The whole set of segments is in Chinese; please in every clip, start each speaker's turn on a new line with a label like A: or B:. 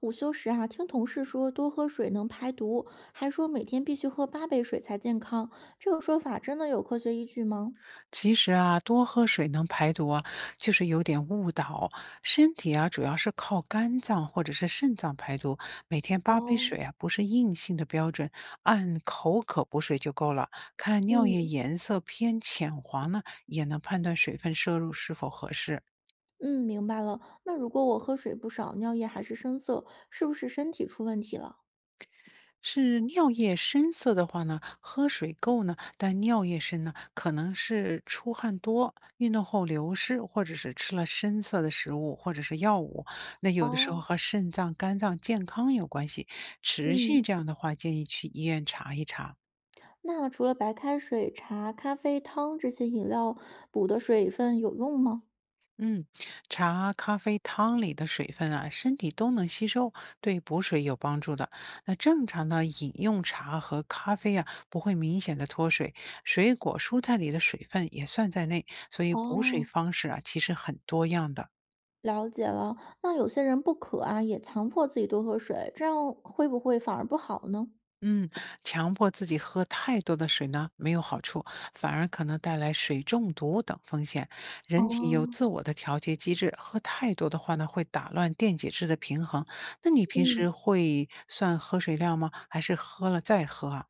A: 午休时啊，听同事说多喝水能排毒，还说每天必须喝8杯水才健康，这个说法真的有科学依据吗？
B: 其实啊，多喝水能排毒啊，就是有点误导。身体啊，主要是靠肝脏或者是肾脏排毒。每天八杯
A: 哦，
B: 水啊，不是硬性的标准，按口渴补水就够了。看尿
A: 嗯
B: 液颜色偏浅黄呢，也能判断水分摄入是否合适。
A: 嗯，明白了。那如果我喝水不少，尿液还是深色，是不是身体出问题了？
B: 是尿液深色的话呢，喝水够呢，但尿液深呢，可能是出汗多、运动后流失，或者是吃了深色的食物或者是药物。那有的时候
A: 哦，
B: 和肾脏、肝脏健康有关系。持续
A: 嗯，
B: 这样的话，建议去医院查一查。
A: 那除了白开水、茶、咖啡、汤这些饮料补的水分有用吗？
B: 嗯，茶、咖啡汤里的水分啊，身体都能吸收，对补水有帮助的。那正常的饮用茶和咖啡啊，不会明显的脱水，水果、蔬菜里的水分也算在内，所以补水
A: 哦，
B: 方式啊，其实很多样的。
A: 了解了。那有些人不渴啊，也强迫自己多喝水，这样会不会反而不好呢？
B: 嗯，强迫自己喝太多的水呢，没有好处，反而可能带来水中毒等风险。人体有
A: 哦。
B: 自我的调节机制，喝太多的话呢，会打乱电解质的平衡。那你平
A: 嗯。
B: 时会算喝水量吗？还是喝了再喝啊？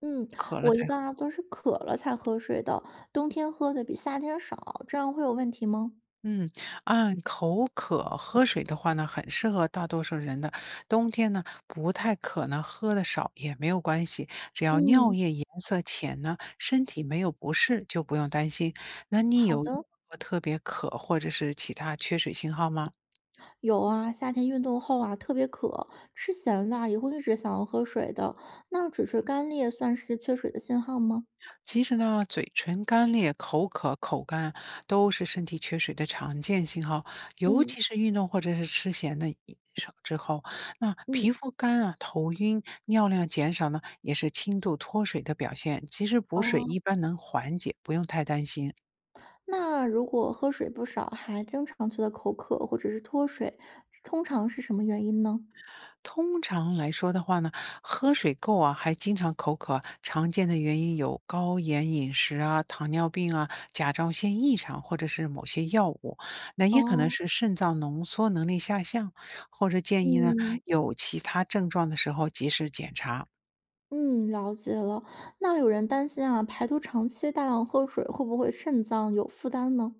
A: 嗯，
B: 渴了
A: 我一
B: 再喝？
A: 般啊都是渴了才喝水的，冬天喝的比夏天少，这样会有问题吗？
B: 嗯，按口渴喝水的话呢，很适合大多数人的。冬天呢，不太渴呢，喝的少也没有关系，只要尿
A: 嗯，
B: 液颜色浅呢，身体没有不适就不用担心。那你
A: 好
B: 有遇
A: 的，
B: 到过特别渴或者是其他缺水信号吗？
A: 有啊，夏天运动后啊特别渴，吃咸的啊也会一直想要喝水的，那只是干裂算是缺水的信号吗？
B: 其实呢，嘴唇干裂、口渴、口干都是身体缺水的常见信号，尤
A: 嗯
B: 其是运动或者是吃咸的饮少之后，那
A: 嗯，
B: 皮肤干啊、头晕、尿量减少呢，也是轻度脱水的表现。及时补水一
A: 哦，
B: 般能缓解，不用太担心。
A: 那如果喝水不少，还经常觉得口渴或者是脱水，通常是什么原因呢？
B: 通常来说的话呢，喝水够啊，还经常口渴啊常见的原因有高盐饮食啊、糖尿病啊、甲状腺异常或者是某些药物，那也可能
A: 哦，
B: 是肾脏浓缩能力下降，或者建议呢
A: 嗯。
B: 有其他症状的时候及时检查。
A: 嗯，了解了。那有人担心啊，排毒长期大量喝水会不会肾脏有负担呢？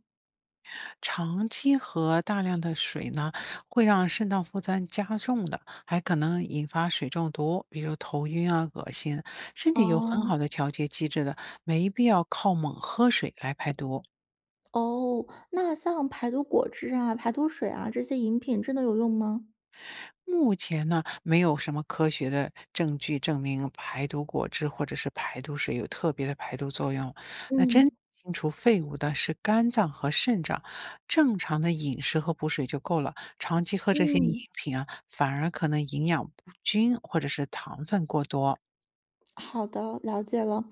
B: 长期喝大量的水呢，会让肾脏负担加重的，还可能引发水中毒，比如头晕啊、恶心。身体有很
A: 哦，
B: 好的调节机制的，没必要靠猛喝水来排毒。
A: 哦，那像排毒果汁啊、排毒水啊这些饮品真的有用吗？
B: 目前呢，没有什么科学的证据证明排毒果汁或者是排毒水有特别的排毒作用。那真
A: 嗯
B: 清除废物的是肝脏和肾脏，正常的饮食和补水就够了。长期喝这些饮
A: 嗯
B: 品啊，反而可能营养不均或者是糖分过多。
A: 好的，了解了。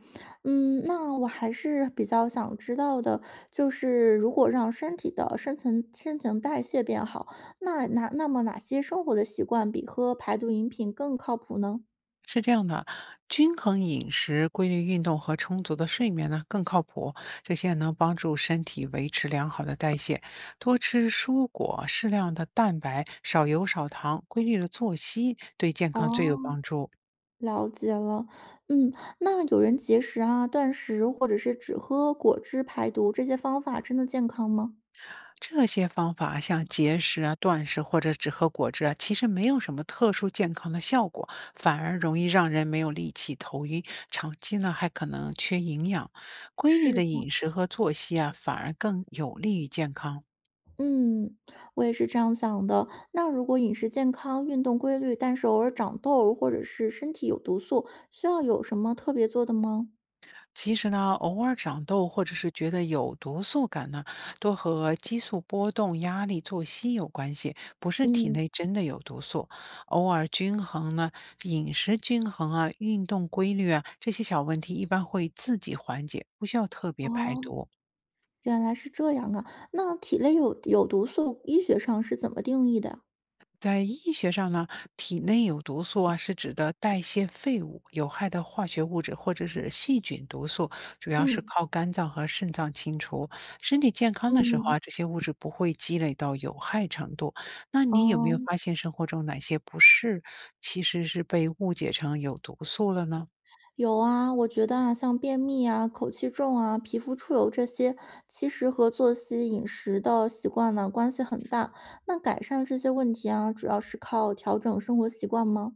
A: 嗯，那我还是比较想知道的，就是如果让身体的深层新陈代谢变好，那哪那么哪些生活的习惯比喝排毒饮品更靠谱呢？
B: 是这样的，均衡饮食、规律运动和充足的睡眠呢更靠谱，这些能帮助身体维持良好的代谢。多吃蔬果，适量的蛋白，少油少糖，规律的作息对健康最有
A: 哦。
B: 帮助。
A: 了解了，嗯，那有人节食啊、断食，或者是只喝果汁排毒，这些方法真的健康吗？
B: 这些方法像节食啊、断食或者只喝果汁啊，其实没有什么特殊健康的效果，反而容易让人没有力气、头晕，长期呢还可能缺营养。规律
A: 是
B: 的
A: 的，
B: 饮食和作息啊，反而更有利于健康。
A: 嗯，我也是这样想的。那如果饮食健康、运动规律，但是偶尔长痘或者是身体有毒素，需要有什么特别做的吗？
B: 其实呢，偶尔长痘或者是觉得有毒素感呢，都和激素波动、压力、作息有关系，不是体
A: 嗯，
B: 内真的有毒素。偶尔均衡呢，饮食均衡啊，运动规律啊，这些小问题一般会自己缓解，不需要特别排
A: 哦，
B: 毒。
A: 原来是这样啊。那体内有毒素，医学上是怎么定义的呀？
B: 在医学上呢，体内有毒素啊，是指的代谢废物、有害的化学物质或者是细菌毒素，主要是
A: 嗯
B: 靠肝脏和肾脏清除。身体健康的时候
A: 嗯，
B: 啊，这些物质不会积累到有害程度。那你有没有
A: 哦。
B: 发现生活中哪些不适，其实是被误解成有毒素了呢？
A: 有啊，我觉得啊，像便秘啊、口气重啊、皮肤出油这些，其实和作息、饮食的习惯呢关系很大。那改善这些问题啊，主要是靠调整生活习惯吗？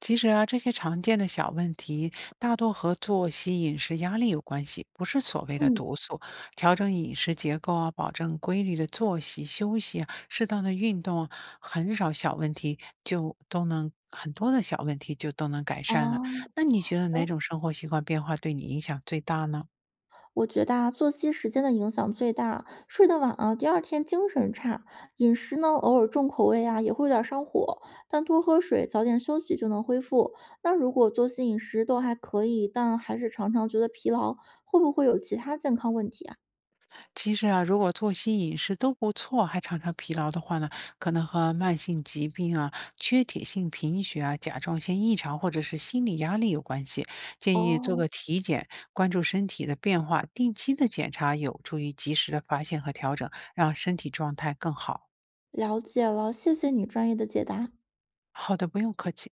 B: 其实啊，这些常见的小问题大多和作息、饮食、压力有关系，不是所谓的
A: 嗯，
B: 毒素。调整饮食结构啊，保证规律的作息、休息啊，适当的运动啊，很少小问题很多的小问题就都能改
A: 哦，
B: 善了。那你觉得哪
A: 对
B: 种生活习惯变化对你影响最大呢？
A: 我觉得啊，作息时间的影响最大。睡得晚啊，第二天精神差；饮食呢，偶尔重口味啊，也会有点儿上火。但多喝水，早点休息就能恢复。那如果作息、饮食都还可以，但还是常常觉得疲劳，会不会有其他健康问题啊？
B: 其实啊，如果作息、饮食都不错，还常常疲劳的话呢，可能和慢性疾病啊、缺铁性贫血啊、甲状腺异常或者是心理压力有关系。建议做
A: 哦，
B: 个体检，关注身体的变化，定期的检查有助于及时的发现和调整，让身体状态更好。
A: 了解了，谢谢你专业的解答。
B: 好的，不用客气。